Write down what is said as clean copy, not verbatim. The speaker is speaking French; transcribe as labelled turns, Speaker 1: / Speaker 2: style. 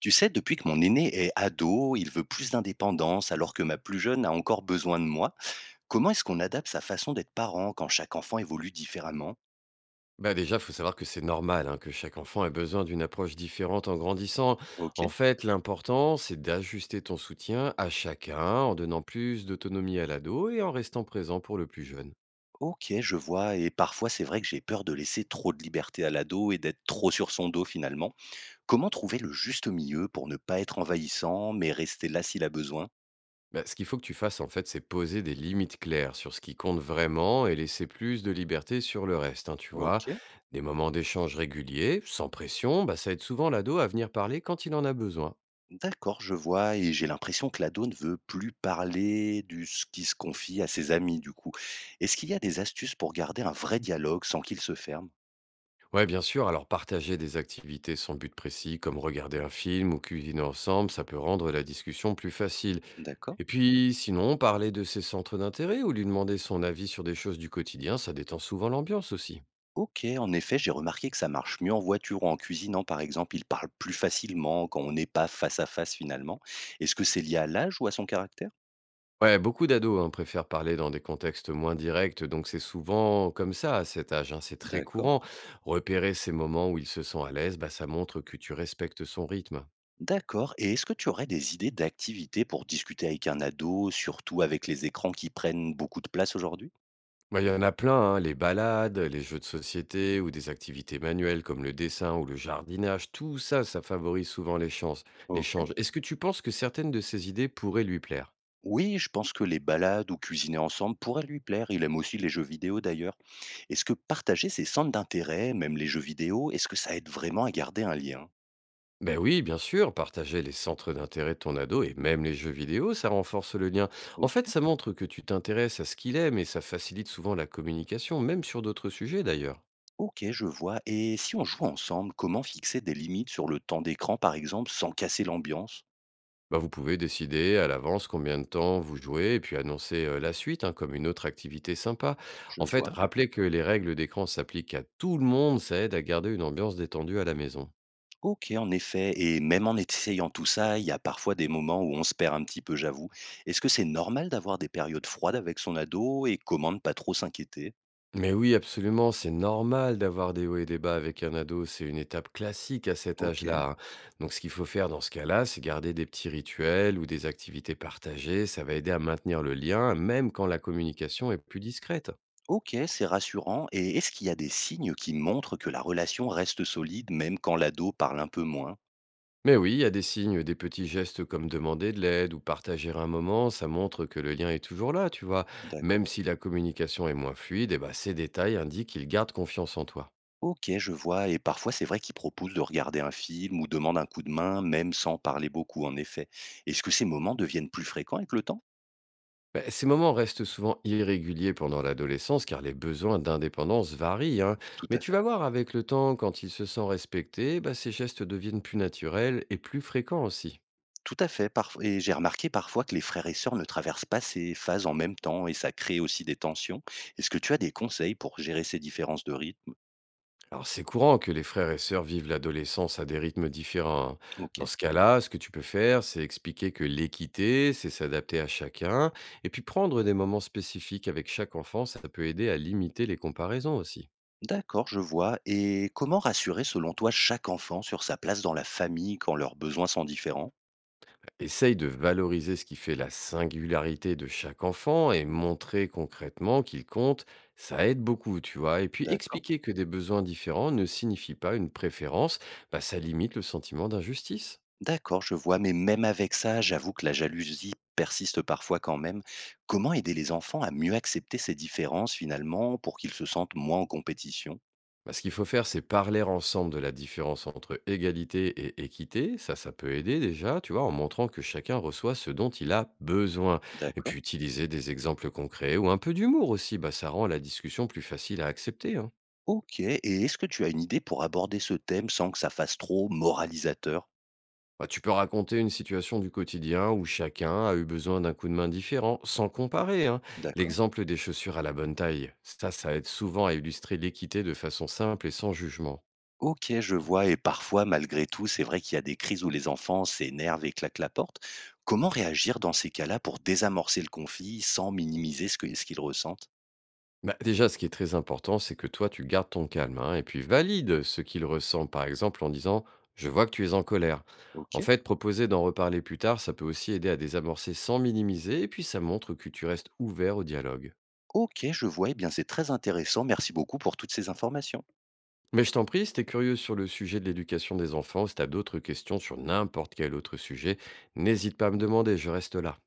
Speaker 1: Tu sais, depuis que mon aîné est ado, il veut plus d'indépendance alors que ma plus jeune a encore besoin de moi. Comment est-ce qu'on adapte sa façon d'être parent quand chaque enfant évolue différemment?
Speaker 2: Bah, déjà, faut savoir que c'est normal, hein, que chaque enfant ait besoin d'une approche différente en grandissant.
Speaker 1: Ok,
Speaker 2: En fait, l'important, c'est d'ajuster ton soutien à chacun en donnant plus d'autonomie à l'ado et en restant présent pour le plus jeune.
Speaker 1: ok, je vois. Et parfois, c'est vrai que j'ai peur de laisser trop de liberté à l'ado et d'être trop sur son dos finalement. Comment trouver le juste milieu pour ne pas être envahissant mais rester là s'il a besoin?
Speaker 2: Bah, ce qu'il faut que tu fasses, en fait, c'est poser des limites claires sur ce qui compte vraiment et laisser plus de liberté sur le reste, hein, tu vois.
Speaker 1: Ok.
Speaker 2: Des moments d'échange réguliers, sans pression, bah, ça aide souvent l'ado à venir parler quand il en a besoin.
Speaker 1: D'accord, je vois, et j'ai l'impression que l'ado ne veut plus parler du ce qui se confie à ses amis, du coup. Est-ce qu'il y a des astuces pour garder un vrai dialogue sans qu'il se ferme?
Speaker 2: Ouais, bien sûr. Alors, partager des activités sans but précis, comme regarder un film ou cuisiner ensemble, ça peut rendre la discussion plus facile.
Speaker 1: D'accord.
Speaker 2: Et puis, sinon, parler de ses centres d'intérêt ou lui demander son avis sur des choses du quotidien, ça détend souvent l'ambiance aussi.
Speaker 1: Ok, en effet, j'ai remarqué que ça marche mieux en voiture ou en cuisinant, par exemple. Il parle plus facilement quand on n'est pas face à face, finalement. Est-ce que c'est lié à l'âge ou à son caractère?
Speaker 2: Ouais, beaucoup d'ados hein, préfèrent parler dans des contextes moins directs, donc c'est souvent comme ça à cet âge, hein, c'est très
Speaker 1: D'accord.
Speaker 2: courant. Repérer ces moments où il se sent à l'aise, bah, ça montre que tu respectes son rythme.
Speaker 1: D'accord. Et est-ce que tu aurais des idées d'activités pour discuter avec un ado, surtout avec les écrans qui prennent beaucoup de place aujourd'hui?
Speaker 2: Bah, il y en a plein, hein, les balades, les jeux de société ou des activités manuelles comme le dessin ou le jardinage, tout ça, ça favorise souvent les l'échange. Est-ce que tu penses que certaines de ces idées pourraient lui plaire?
Speaker 1: Oui, je pense que les balades ou cuisiner ensemble pourraient lui plaire. Il aime aussi les jeux vidéo d'ailleurs. Est-ce que partager ses centres d'intérêt, même les jeux vidéo, est-ce que ça aide vraiment à garder un lien?
Speaker 2: Ben oui, bien sûr, partager les centres d'intérêt de ton ado et même les jeux vidéo, ça renforce le lien. En
Speaker 1: Ok,
Speaker 2: fait, ça montre que tu t'intéresses à ce qu'il aime et ça facilite souvent la communication, même sur d'autres sujets d'ailleurs.
Speaker 1: ok, je vois. Et si on joue ensemble, comment fixer des limites sur le temps d'écran, par exemple, sans casser l'ambiance?
Speaker 2: Bah, vous pouvez décider à l'avance combien de temps vous jouez et puis annoncer la suite hein, comme une autre activité sympa.
Speaker 1: Je
Speaker 2: En fait,
Speaker 1: vois.
Speaker 2: rappelez que les règles d'écran s'appliquent à tout le monde, ça aide à garder une ambiance détendue à la maison.
Speaker 1: Ok, en effet. Et même en essayant tout ça, il y a parfois des moments où on se perd un petit peu, j'avoue. Est-ce que c'est normal d'avoir des périodes froides avec son ado et comment ne pas trop s'inquiéter?
Speaker 2: Mais oui, absolument, c'est normal d'avoir des hauts et des bas avec un ado, c'est une étape classique à cet
Speaker 1: Ok.
Speaker 2: âge-là, hein. Donc ce qu'il faut faire dans ce cas-là, c'est garder des petits rituels ou des activités partagées, ça va aider à maintenir le lien, même quand la communication est plus discrète.
Speaker 1: Ok, c'est rassurant. Et est-ce qu'il y a des signes qui montrent que la relation reste solide même quand l'ado parle un peu moins?
Speaker 2: Mais oui, il y a des signes, des petits gestes comme demander de l'aide ou partager un moment, ça montre que le lien est toujours là, tu vois.
Speaker 1: D'accord.
Speaker 2: Même si la communication est moins fluide, eh ben, ces détails indiquent qu'il garde confiance en toi.
Speaker 1: Ok, je vois. Et parfois, c'est vrai qu'ils proposent de regarder un film ou demandent un coup de main, même sans parler beaucoup, en effet. Est-ce que ces moments deviennent plus fréquents avec le temps?
Speaker 2: Ben, ces moments restent souvent irréguliers pendant l'adolescence car les besoins d'indépendance varient, hein.
Speaker 1: Tout
Speaker 2: Mais
Speaker 1: à
Speaker 2: tu
Speaker 1: fait.
Speaker 2: vas voir avec le temps, quand il se sent respecté, ben, ces gestes deviennent plus naturels et plus fréquents aussi.
Speaker 1: Tout à fait. Et j'ai remarqué parfois que les frères et sœurs ne traversent pas ces phases en même temps et ça crée aussi des tensions. Est-ce que tu as des conseils pour gérer ces différences de rythme?
Speaker 2: Alors, c'est courant que les frères et sœurs vivent l'adolescence à des rythmes différents, hein.
Speaker 1: Ok.
Speaker 2: Dans ce cas-là, ce que tu peux faire, c'est expliquer que l'équité, c'est s'adapter à chacun, et puis prendre des moments spécifiques avec chaque enfant, ça peut aider à limiter les comparaisons aussi.
Speaker 1: D'accord, je vois. Et comment rassurer, selon toi, chaque enfant sur sa place dans la famille quand leurs besoins sont différents?
Speaker 2: Essaye de valoriser ce qui fait la singularité de chaque enfant et montrer concrètement qu'il compte, ça aide beaucoup, tu vois. Et puis
Speaker 1: D'accord.
Speaker 2: expliquer que des besoins différents ne signifient pas une préférence, bah, ça limite le sentiment d'injustice.
Speaker 1: D'accord, je vois. Mais même avec ça, j'avoue que la jalousie persiste parfois quand même. Comment aider les enfants à mieux accepter ces différences finalement pour qu'ils se sentent moins en compétition?
Speaker 2: Bah, ce qu'il faut faire, c'est parler ensemble de la différence entre égalité et équité. Ça peut aider déjà, tu vois, en montrant que chacun reçoit ce dont il a besoin. Et
Speaker 1: D'accord.
Speaker 2: puis utiliser des exemples concrets ou un peu d'humour aussi, bah, ça rend la discussion plus facile à accepter, hein.
Speaker 1: Ok. Et est-ce que tu as une idée pour aborder ce thème sans que ça fasse trop moralisateur?
Speaker 2: Bah, tu peux raconter une situation du quotidien où chacun a eu besoin d'un coup de main différent, sans comparer, hein.
Speaker 1: D'accord.
Speaker 2: L'exemple des chaussures à la bonne taille, ça aide souvent à illustrer l'équité de façon simple et sans jugement.
Speaker 1: OK, je vois, et parfois malgré tout, c'est vrai qu'il y a des crises où les enfants s'énervent et claquent la porte. Comment réagir dans ces cas-là pour désamorcer le conflit sans minimiser ce qu'ils ressentent?
Speaker 2: Bah, déjà, ce qui est très important, c'est que toi, tu gardes ton calme hein, et puis valide ce qu'il ressent, par exemple en disant «Je vois que tu es en colère». En
Speaker 1: OK.
Speaker 2: fait, proposer d'en reparler plus tard, ça peut aussi aider à désamorcer sans minimiser et puis ça montre que tu restes ouvert au dialogue.
Speaker 1: OK, je vois. Eh bien, c'est très intéressant. Merci beaucoup pour toutes ces informations.
Speaker 2: Mais je t'en prie, si t'es curieux sur le sujet de l'éducation des enfants, si t'as d'autres questions sur n'importe quel autre sujet, n'hésite pas à me demander, je reste là.